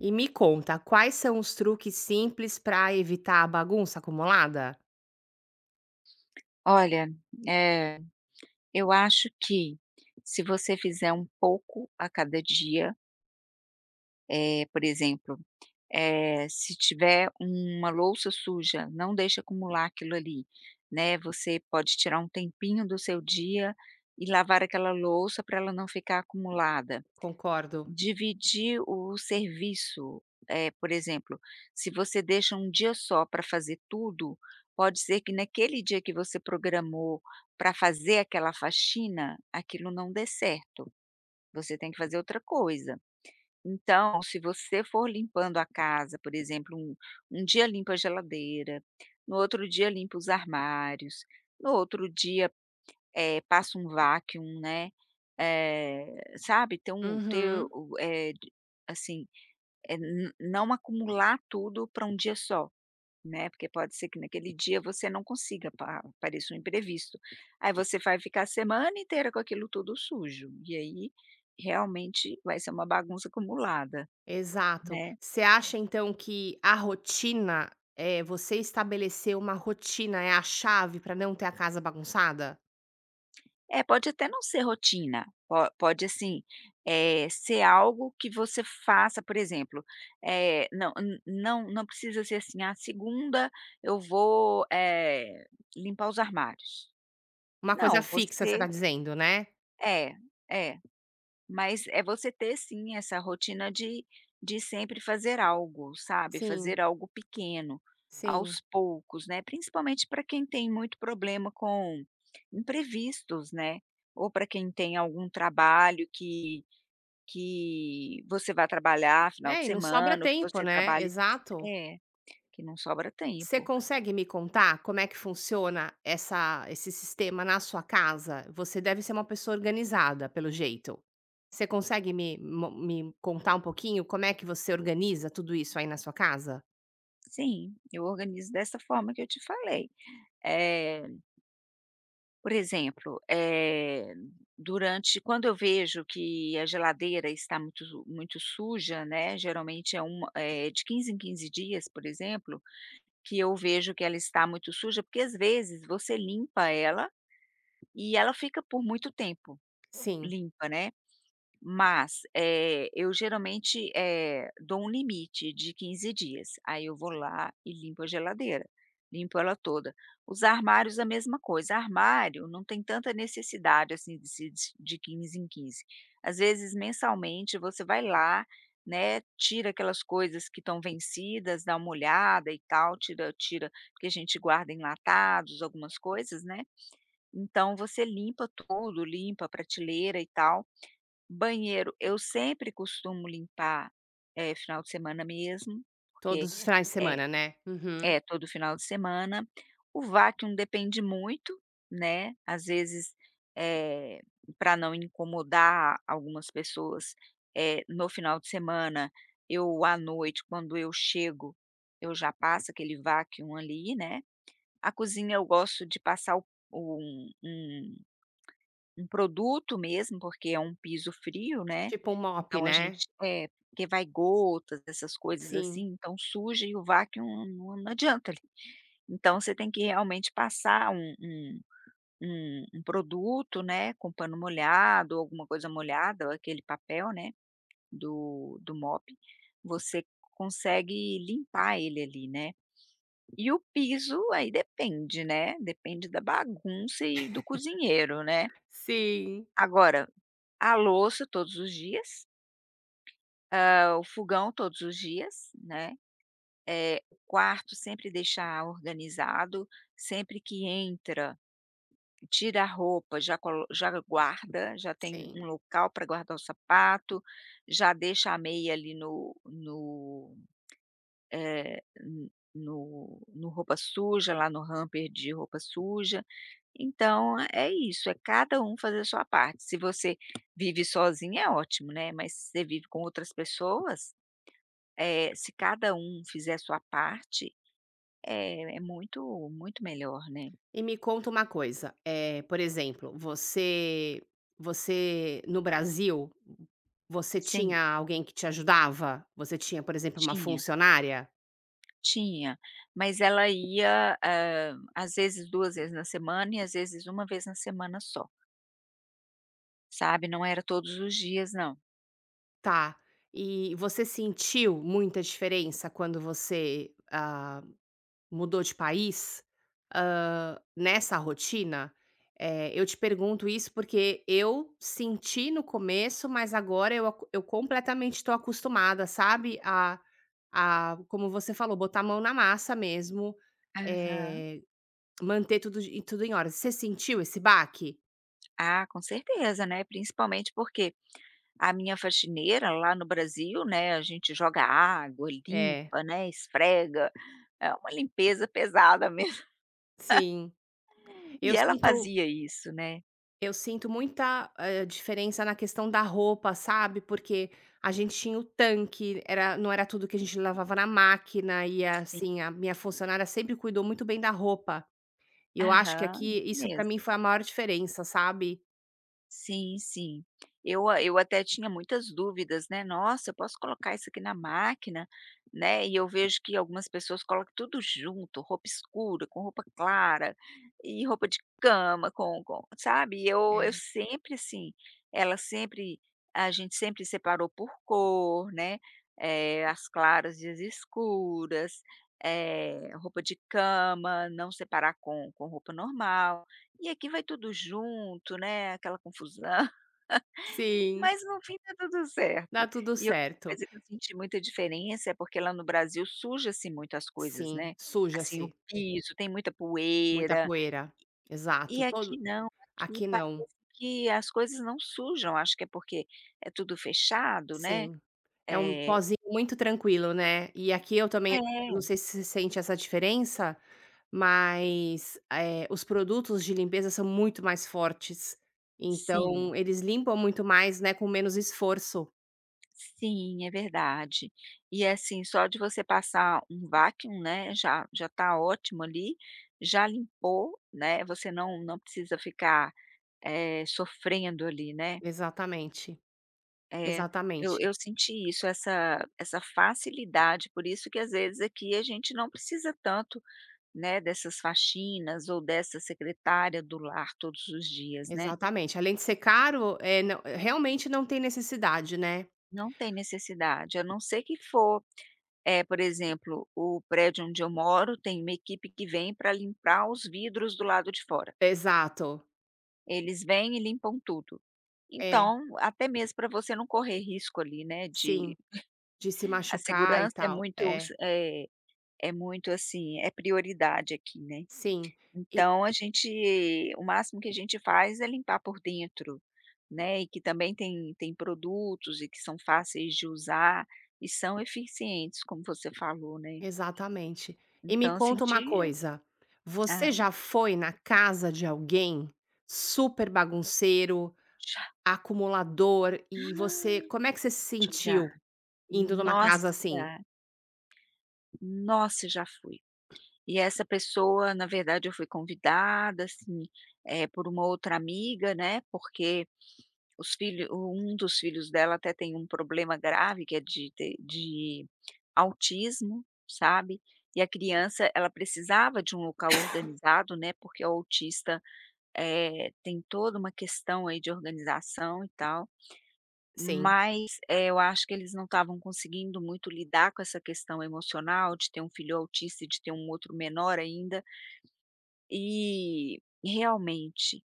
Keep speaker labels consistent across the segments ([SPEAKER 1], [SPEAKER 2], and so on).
[SPEAKER 1] E me conta, quais são os truques simples para evitar a bagunça acumulada?
[SPEAKER 2] Olha, eh, eu acho que se você fizer um pouco a cada dia, por exemplo, se tiver uma louça suja, não deixa acumular aquilo ali, né, você pode tirar um tempinho do seu dia e lavar aquela louça para ela não ficar acumulada.
[SPEAKER 1] Concordo.
[SPEAKER 2] Dividir o serviço, por exemplo, se você deixa um dia só para fazer tudo, pode ser que naquele dia que você programou para fazer aquela faxina, aquilo não dê certo, você tem que fazer outra coisa. Então, se você for limpando a casa, por exemplo, um dia limpa a geladeira, no outro dia limpa os armários, no outro dia passa um vacuum, né, eh, sabe, ter um ter
[SPEAKER 1] Uhum.
[SPEAKER 2] o eh, de assim, n não acumular tudo para um dia só, né, porque pode ser que naquele dia você não consiga, apareça um imprevisto. Aí você vai ficar a semana inteira com aquilo tudo sujo, e aí realmente vai ser uma bagunça acumulada,
[SPEAKER 1] Exato.
[SPEAKER 2] né.
[SPEAKER 1] Você acha então que a rotina, é você estabelecer uma rotina é a chave para não ter a casa bagunçada?
[SPEAKER 2] É, pode até não ser rotina, po pode assim, ser algo que você faça, por exemplo, não precisa ser assim: "Ah, segunda eu vou, limpar os armários".
[SPEAKER 1] Uma coisa
[SPEAKER 2] Não,
[SPEAKER 1] fixa, você está
[SPEAKER 2] você
[SPEAKER 1] dizendo, né?
[SPEAKER 2] é, é. Mas é você ter sim essa rotina de sempre fazer algo, sabe,
[SPEAKER 1] Sim,
[SPEAKER 2] fazer algo pequeno,
[SPEAKER 1] sim.
[SPEAKER 2] aos poucos, né, principalmente para quem tem muito problema com imprevistos, né, ou para quem tem algum trabalho que você vai trabalhar final de
[SPEAKER 1] É, e não sobra
[SPEAKER 2] semana ou que
[SPEAKER 1] tempo,
[SPEAKER 2] você
[SPEAKER 1] né?
[SPEAKER 2] trabalhe
[SPEAKER 1] Exato.
[SPEAKER 2] é, que não sobra
[SPEAKER 1] Você
[SPEAKER 2] tempo.
[SPEAKER 1] consegue me contar como é que funciona essa esse sistema na sua casa? Você deve ser uma pessoa organizada, pelo jeito. Você consegue me contar um pouquinho como é que você organiza tudo isso aí na sua casa?
[SPEAKER 2] Sim, eu organizo dessa forma que eu te falei. Eh Por exemplo, durante quando eu vejo que a geladeira está muito muito suja, né, geralmente é uma de 15 em 15 dias, por exemplo, que eu vejo que ela está muito suja, porque às vezes você limpa ela e ela fica por muito tempo
[SPEAKER 1] Sim,
[SPEAKER 2] limpa, né. Mas, eu geralmente, dou um limite de 15 dias, aí eu vou lá e limpo a geladeira, limpo ela toda. Os armários a mesma coisa, armário não tem tanta necessidade, assim, de se des de 15 em 15. Às vezes mensalmente você vai lá, né, tira aquelas coisas que estão vencidas, dá uma olhada e tal, tira tira porque a gente guarda enlatados, algumas coisas, né, então você limpa tudo, limpa a prateleira e tal. Banheiro, eu sempre costumo limpar, final de semana mesmo,
[SPEAKER 1] todos
[SPEAKER 2] porque
[SPEAKER 1] os finais de
[SPEAKER 2] é
[SPEAKER 1] semana, né? Uhum.
[SPEAKER 2] é todo final de semana. O vacuum depende muito, né, às vezes, eh, pra não incomodar algumas pessoas, no final de semana, eu à noite, quando eu chego, eu já passo aquele vacuum ali, né. A cozinha eu gosto de passar o um um um produto mesmo, porque é um piso frio, né,
[SPEAKER 1] Tipo um mop,
[SPEAKER 2] então a
[SPEAKER 1] né?
[SPEAKER 2] gente é, porque vai gotas, essas coisas assim,
[SPEAKER 1] Sim.
[SPEAKER 2] então suja e o vacuum não adianta ali. Então você tem que realmente passar um produto, né, com pano molhado, alguma coisa molhada, ou aquele papel, né, do mop, você consegue limpar ele ali, né. E o piso aí depende, né, depende da bagunça e do cozinheiro, né.
[SPEAKER 1] Sim.
[SPEAKER 2] Agora a louça todos os dias, o fogão todos os dias, né, o quarto sempre deixar organizado, sempre que entra, tira a roupa, já colo já guarda, já tem um
[SPEAKER 1] Sim.
[SPEAKER 2] local para guardar o sapato, já deixa a meia ali no roupa suja, lá no hamper de roupa suja. Então é isso, é cada um fazer a sua parte. Se você vive sozinho é ótimo, né, mas se você vive com outras pessoas, se cada um fizer a sua parte, é muito muito melhor, né.
[SPEAKER 1] E me conta uma coisa, por exemplo, você no Brasil, você
[SPEAKER 2] Sim,
[SPEAKER 1] tinha alguém que te ajudava? Você tinha, por exemplo, uma
[SPEAKER 2] tinha,
[SPEAKER 1] funcionária?
[SPEAKER 2] tinha, mas ela ia, às vezes 2 vezes na semana e às vezes uma vez na semana só, sabe, não era todos os dias não.
[SPEAKER 1] Tá. E você sentiu muita diferença quando você, ah. Mudou de país? Nessa rotina? Eu te pergunto isso porque eu senti no começo, mas agora eu completamente tô acostumada, sabe, a como você falou, botar a mão na massa mesmo,
[SPEAKER 2] Aham.
[SPEAKER 1] eh, manter tudo em ordem. Você sentiu esse baque?
[SPEAKER 2] Ah, com certeza, né, principalmente porque a minha faxineira lá no Brasil, né, a gente joga água,
[SPEAKER 1] É,
[SPEAKER 2] limpa, né, esfrega, é uma limpeza pesada mesmo.
[SPEAKER 1] sim. Eu
[SPEAKER 2] E ela
[SPEAKER 1] sinto
[SPEAKER 2] fazia isso, né.
[SPEAKER 1] Eu sinto muita, diferença na questão da roupa, sabe, porque a gente tinha o tanque, era não era tudo que a gente lavava na máquina e,
[SPEAKER 2] Sim.
[SPEAKER 1] assim, a minha funcionária sempre cuidou muito bem da roupa. E eu acho que
[SPEAKER 2] Aham, isso
[SPEAKER 1] aqui isso pra
[SPEAKER 2] mesmo.
[SPEAKER 1] mim foi a maior diferença, sabe.
[SPEAKER 2] Sim, sim. Eu até tinha muitas dúvidas, né, "Nossa, eu posso colocar isso aqui na máquina?", né, e eu vejo que algumas pessoas colocam tudo junto, roupa escura com roupa clara, e roupa de cama com sabe, e eu
[SPEAKER 1] É.
[SPEAKER 2] sempre assim, ela sempre a gente sempre separou por cor, né, as claras e as escuras, roupa de cama, não separar com roupa normal. E aqui vai tudo junto, né, aquela confusão,
[SPEAKER 1] Sim,
[SPEAKER 2] mas no fim tá tudo
[SPEAKER 1] dá
[SPEAKER 2] certo.
[SPEAKER 1] tudo
[SPEAKER 2] E outra
[SPEAKER 1] certo.
[SPEAKER 2] coisa que eu senti muita diferença é porque lá no Brasil suja-se muito as coisas,
[SPEAKER 1] Sim,
[SPEAKER 2] né, assim, o
[SPEAKER 1] suja-se,
[SPEAKER 2] piso, tem muita
[SPEAKER 1] muita
[SPEAKER 2] poeira,
[SPEAKER 1] poeira.
[SPEAKER 2] e
[SPEAKER 1] Exato,
[SPEAKER 2] aqui
[SPEAKER 1] todo
[SPEAKER 2] não, aqui
[SPEAKER 1] aqui não.
[SPEAKER 2] parece que as coisas não sujam, acho que é porque é tudo fechado, né.
[SPEAKER 1] Sim, é um
[SPEAKER 2] É,
[SPEAKER 1] pozinho muito tranquilo, né. E aqui eu também eu não
[SPEAKER 2] é,
[SPEAKER 1] sei se você sente essa diferença, mas, os produtos de limpeza são muito mais fortes,
[SPEAKER 2] sim.
[SPEAKER 1] então eles limpam muito mais, né, com menos esforço.
[SPEAKER 2] Sim, é verdade. E assim, só de você passar um vacuum, né, já tá ótimo ali, já limpou, né, você não precisa ficar, sofrendo ali, né.
[SPEAKER 1] Exatamente,
[SPEAKER 2] Eh, eu
[SPEAKER 1] exatamente,
[SPEAKER 2] eu senti isso, essa facilidade, por isso que às vezes aqui a gente não precisa tanto, né, dessas faxinas ou dessa secretária do lar todos os dias, né.
[SPEAKER 1] exatamente. Além de ser caro, não realmente não tem necessidade, né.
[SPEAKER 2] Não tem necessidade, a não ser que for é por exemplo, o prédio onde eu moro tem uma equipe que vem para limpar os vidros do lado de fora.
[SPEAKER 1] Exato.
[SPEAKER 2] Eles vêm e limpam tudo.
[SPEAKER 1] É,
[SPEAKER 2] Então, até mesmo para você não correr risco ali, né,
[SPEAKER 1] sim,
[SPEAKER 2] de
[SPEAKER 1] de se
[SPEAKER 2] a
[SPEAKER 1] machucar e
[SPEAKER 2] segurança é
[SPEAKER 1] tal.
[SPEAKER 2] muito
[SPEAKER 1] É,
[SPEAKER 2] é muito, assim, é prioridade aqui, né.
[SPEAKER 1] sim.
[SPEAKER 2] Então a gente o máximo que a gente faz é limpar por dentro, né, e que também tem produtos e que são fáceis de usar e são eficientes, como você falou, né.
[SPEAKER 1] Exatamente. E me
[SPEAKER 2] Então eu
[SPEAKER 1] conta uma
[SPEAKER 2] senti
[SPEAKER 1] coisa,
[SPEAKER 2] ah,
[SPEAKER 1] você já foi na casa de alguém super bagunceiro,
[SPEAKER 2] já,
[SPEAKER 1] acumulador e você como é que você se
[SPEAKER 2] já.
[SPEAKER 1] sentiu indo numa casa assim?
[SPEAKER 2] Nossa, nossa, já fui. E essa pessoa, na verdade, eu fui convidada, assim, por uma outra amiga, né, porque os filhos, um dos filhos dela até tem um problema grave que é de ter de autismo, sabe, e a criança ela precisava de um local organizado, né, porque o autista, tem toda uma questão aí de organização e tal.
[SPEAKER 1] Sim,
[SPEAKER 2] Mas, eu acho que eles não estavam conseguindo muito lidar com essa questão emocional de ter um filho autista e de ter um outro menor ainda, e realmente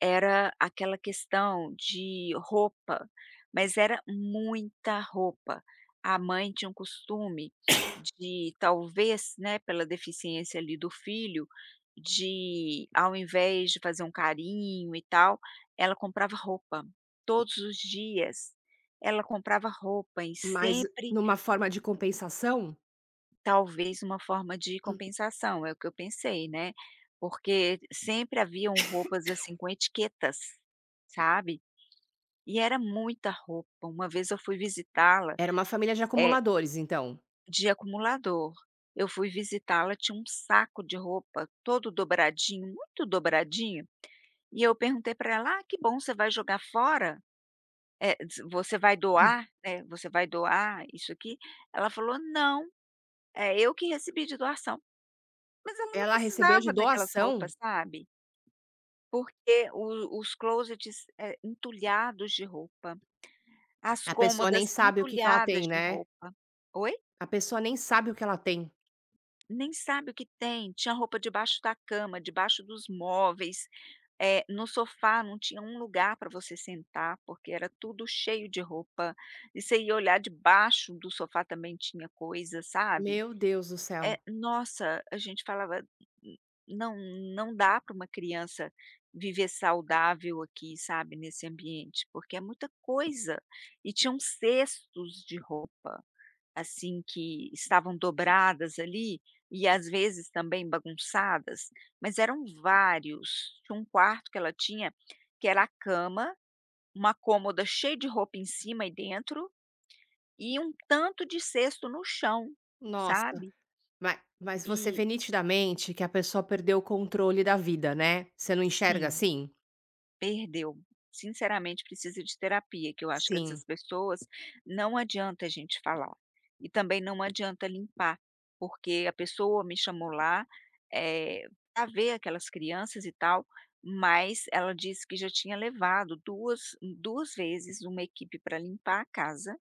[SPEAKER 2] era aquela questão de roupa, mas era muita roupa. A mãe tinha um costume de talvez, né, pela deficiência ali do filho, de ao invés de fazer um carinho e tal, ela comprava roupa, todos os dias ela comprava roupa e
[SPEAKER 1] mas
[SPEAKER 2] sempre
[SPEAKER 1] numa forma de compensação,
[SPEAKER 2] talvez uma forma de compensação, é o que eu pensei, né, porque sempre haviam roupas, assim, com etiquetas, sabe. E era muita roupa. Uma vez eu fui visitá-la,
[SPEAKER 1] era uma família de
[SPEAKER 2] eh,
[SPEAKER 1] acumuladores então,
[SPEAKER 2] de acumulador. Eu fui visitá-la, tinha um saco de roupa todo dobradinho, muito dobradinho, e eu perguntei para ela: "Ah, que bom, você vai jogar fora? Eh, des você vai doar, né, você vai doar isso aqui?" Ela falou: "Não, é eu que recebi de doação". Mas ela não
[SPEAKER 1] ela recebeu de
[SPEAKER 2] precisava daquelas
[SPEAKER 1] doação,
[SPEAKER 2] roupas, sabe, porque o os closets, entulhados de roupa, as
[SPEAKER 1] a pessoa
[SPEAKER 2] cômodas
[SPEAKER 1] nem sabe o que ela
[SPEAKER 2] entulhadas
[SPEAKER 1] tem,
[SPEAKER 2] de
[SPEAKER 1] né,
[SPEAKER 2] roupa. Oi?
[SPEAKER 1] a pessoa nem sabe o que ela tem.
[SPEAKER 2] Nem sabe o que tem, tinha roupa debaixo da cama, debaixo dos móveis, no sofá não tinha um lugar para você sentar, porque era tudo cheio de roupa, e você ia olhar debaixo do sofá também tinha coisa, sabe.
[SPEAKER 1] Meu Deus do céu,
[SPEAKER 2] É, nossa, a gente falava: "N- Não, não dá para uma criança viver saudável aqui, sabe, nesse ambiente, porque é muita coisa". E tinham cestos de roupa. Assim, que estavam dobradas ali, e às vezes também bagunçadas, mas eram vários. Tinha um quarto que ela tinha, que era a cama, uma cômoda cheia de roupa em cima e dentro, e um tanto de cesto no chão,
[SPEAKER 1] nossa.
[SPEAKER 2] sabe.
[SPEAKER 1] Ma mas você
[SPEAKER 2] E
[SPEAKER 1] vê nitidamente que a pessoa perdeu o controle da vida, né, você não enxerga
[SPEAKER 2] sim.
[SPEAKER 1] assim?
[SPEAKER 2] Perdeu. Sinceramente, precisa de terapia, que eu acho que
[SPEAKER 1] Sim,
[SPEAKER 2] essas pessoas não adianta a gente falar. E também não adianta limpar, porque a pessoa me chamou lá, eh, ver aquelas crianças e tal, mas ela disse que já tinha levado duas vezes uma equipe para limpar a casa,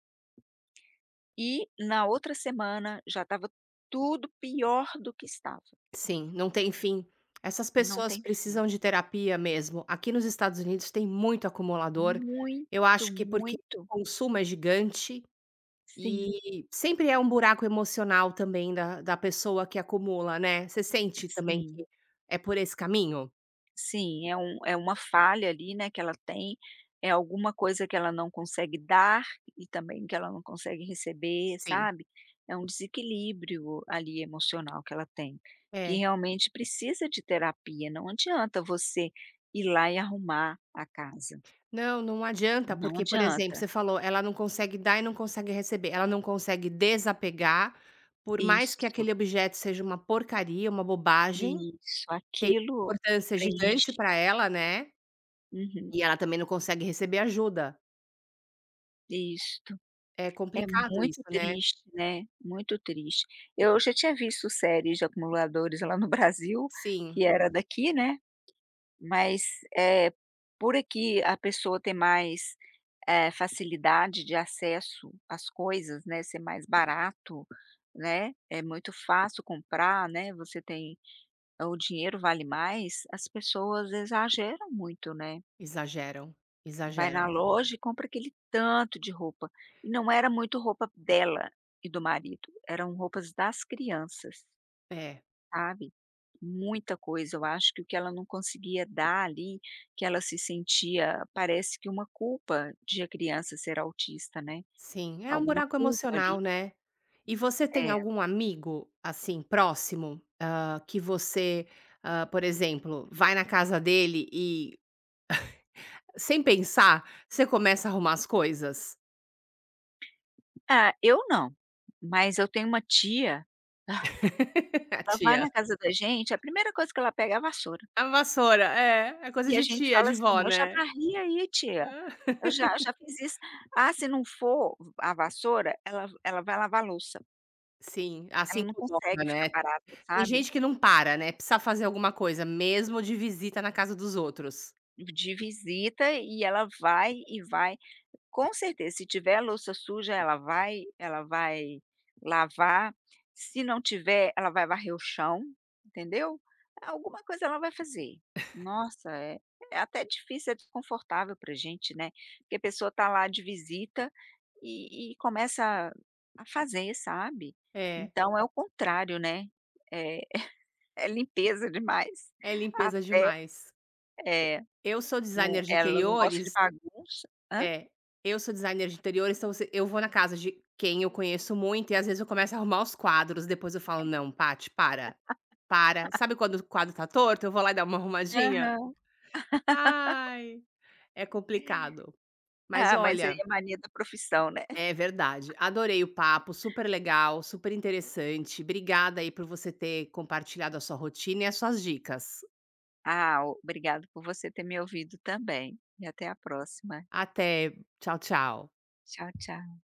[SPEAKER 2] e na outra semana já estava tudo pior do que estava.
[SPEAKER 1] sim, não tem fim. Essas
[SPEAKER 2] Não
[SPEAKER 1] pessoas
[SPEAKER 2] tem fim.
[SPEAKER 1] precisam de terapia mesmo. Aqui nos Estados Unidos tem muito acumulador, eu
[SPEAKER 2] Muito,
[SPEAKER 1] acho que porque
[SPEAKER 2] muito.
[SPEAKER 1] o consumo é gigante
[SPEAKER 2] Sim,
[SPEAKER 1] e sempre é um buraco emocional também da pessoa que acumula, né. Você sente também que
[SPEAKER 2] sim.
[SPEAKER 1] é por esse caminho?
[SPEAKER 2] Sim, é uma falha ali, né, que ela tem, é alguma coisa que ela não consegue dar e também que ela não consegue receber,
[SPEAKER 1] Sim.
[SPEAKER 2] sabe. É um desequilíbrio ali emocional que ela tem, que
[SPEAKER 1] É.
[SPEAKER 2] realmente precisa de terapia, não adianta você ir lá e arrumar a casa,
[SPEAKER 1] Não, não adianta,
[SPEAKER 2] não
[SPEAKER 1] porque, por exemplo,
[SPEAKER 2] adianta.
[SPEAKER 1] você falou, ela não consegue dar e não consegue receber, ela não consegue desapegar, por mais que
[SPEAKER 2] Isso,
[SPEAKER 1] aquele objeto seja uma porcaria, uma bobagem,
[SPEAKER 2] isso,
[SPEAKER 1] tem
[SPEAKER 2] aquilo
[SPEAKER 1] uma importância gigante
[SPEAKER 2] preenche.
[SPEAKER 1] para ela, né,
[SPEAKER 2] Uhum,
[SPEAKER 1] e ela também não consegue receber ajuda.
[SPEAKER 2] isto.
[SPEAKER 1] É
[SPEAKER 2] É
[SPEAKER 1] complicado
[SPEAKER 2] muito
[SPEAKER 1] isso, né.
[SPEAKER 2] triste, né, muito triste. Eu já tinha visto séries de acumuladores lá no Brasil,
[SPEAKER 1] Sim,
[SPEAKER 2] que era daqui, né, mas, eh, por aqui a pessoa ter mais, facilidade de acesso às coisas, né, ser mais barato, né, é muito fácil comprar, né, você tem o dinheiro vale mais, as pessoas exageram muito, né.
[SPEAKER 1] exageram,
[SPEAKER 2] Vai na
[SPEAKER 1] exageram.
[SPEAKER 2] loja e compra aquele tanto de roupa. E não era muito roupa dela e do marido, eram roupas das crianças,
[SPEAKER 1] É.
[SPEAKER 2] sabe. Muita coisa, eu acho que o que ela não conseguia dar ali, que ela se sentia parece que uma culpa de a criança ser autista, né,
[SPEAKER 1] Sim, é um
[SPEAKER 2] alguma
[SPEAKER 1] buraco
[SPEAKER 2] culpa
[SPEAKER 1] emocional,
[SPEAKER 2] ali.
[SPEAKER 1] né. E você tem
[SPEAKER 2] É.
[SPEAKER 1] algum amigo, assim, próximo, que você, por exemplo, vai na casa dele e, sem pensar, você começa a arrumar as coisas?
[SPEAKER 2] Ah, eu não, mas eu tenho uma tia,
[SPEAKER 1] A
[SPEAKER 2] ela vai
[SPEAKER 1] tia.
[SPEAKER 2] na casa da gente, a primeira coisa que ela pega é a vassoura.
[SPEAKER 1] A vassoura, é, é coisa
[SPEAKER 2] E a
[SPEAKER 1] de
[SPEAKER 2] gente
[SPEAKER 1] tia,
[SPEAKER 2] fala
[SPEAKER 1] de
[SPEAKER 2] assim:
[SPEAKER 1] vó,
[SPEAKER 2] "Eu já
[SPEAKER 1] né.
[SPEAKER 2] varri aí tia,
[SPEAKER 1] Ah.
[SPEAKER 2] eu já fiz isso". Ah, se não for a vassoura, ela vai lavar a louça,
[SPEAKER 1] Sim, assim
[SPEAKER 2] ela não
[SPEAKER 1] incomoda,
[SPEAKER 2] consegue ficar
[SPEAKER 1] né.
[SPEAKER 2] parada,
[SPEAKER 1] Tem
[SPEAKER 2] sabe.
[SPEAKER 1] gente que não para, né, precisa fazer alguma coisa, mesmo de visita na casa dos outros.
[SPEAKER 2] De visita e ela vai e vai com certeza, se tiver louça suja, ela vai lavar, se não tiver, ela vai varrer o chão, entendeu? Alguma coisa ela vai fazer. Nossa, é até difícil, é desconfortável pra gente, né, porque a pessoa tá lá de visita e começa a fazer, sabe.
[SPEAKER 1] É,
[SPEAKER 2] Então é o contrário, né, é é limpeza demais.
[SPEAKER 1] é limpeza
[SPEAKER 2] Até
[SPEAKER 1] demais.
[SPEAKER 2] é,
[SPEAKER 1] Eu sou
[SPEAKER 2] não
[SPEAKER 1] designer de
[SPEAKER 2] ela não gosta de
[SPEAKER 1] interiores
[SPEAKER 2] bagunça hã?
[SPEAKER 1] É, eu sou designer de interiores, então se eu vou na casa de quem eu conheço muito e às vezes eu começo a arrumar os quadros, depois eu falo: "Não, Paty, para, para". Sabe quando o quadro tá torto, eu vou lá e dar uma arrumadinha?
[SPEAKER 2] Aham.
[SPEAKER 1] Ai, é complicado. Mas
[SPEAKER 2] Ah, mas aí
[SPEAKER 1] olha,
[SPEAKER 2] é mania da profissão, né.
[SPEAKER 1] é verdade, adorei o papo, super legal, super interessante. Obrigada aí por você ter compartilhado a sua rotina e as suas dicas.
[SPEAKER 2] Ah, obrigado por você ter me ouvido também. E até a próxima.
[SPEAKER 1] Até. Tchau, tchau.
[SPEAKER 2] Tchau, tchau.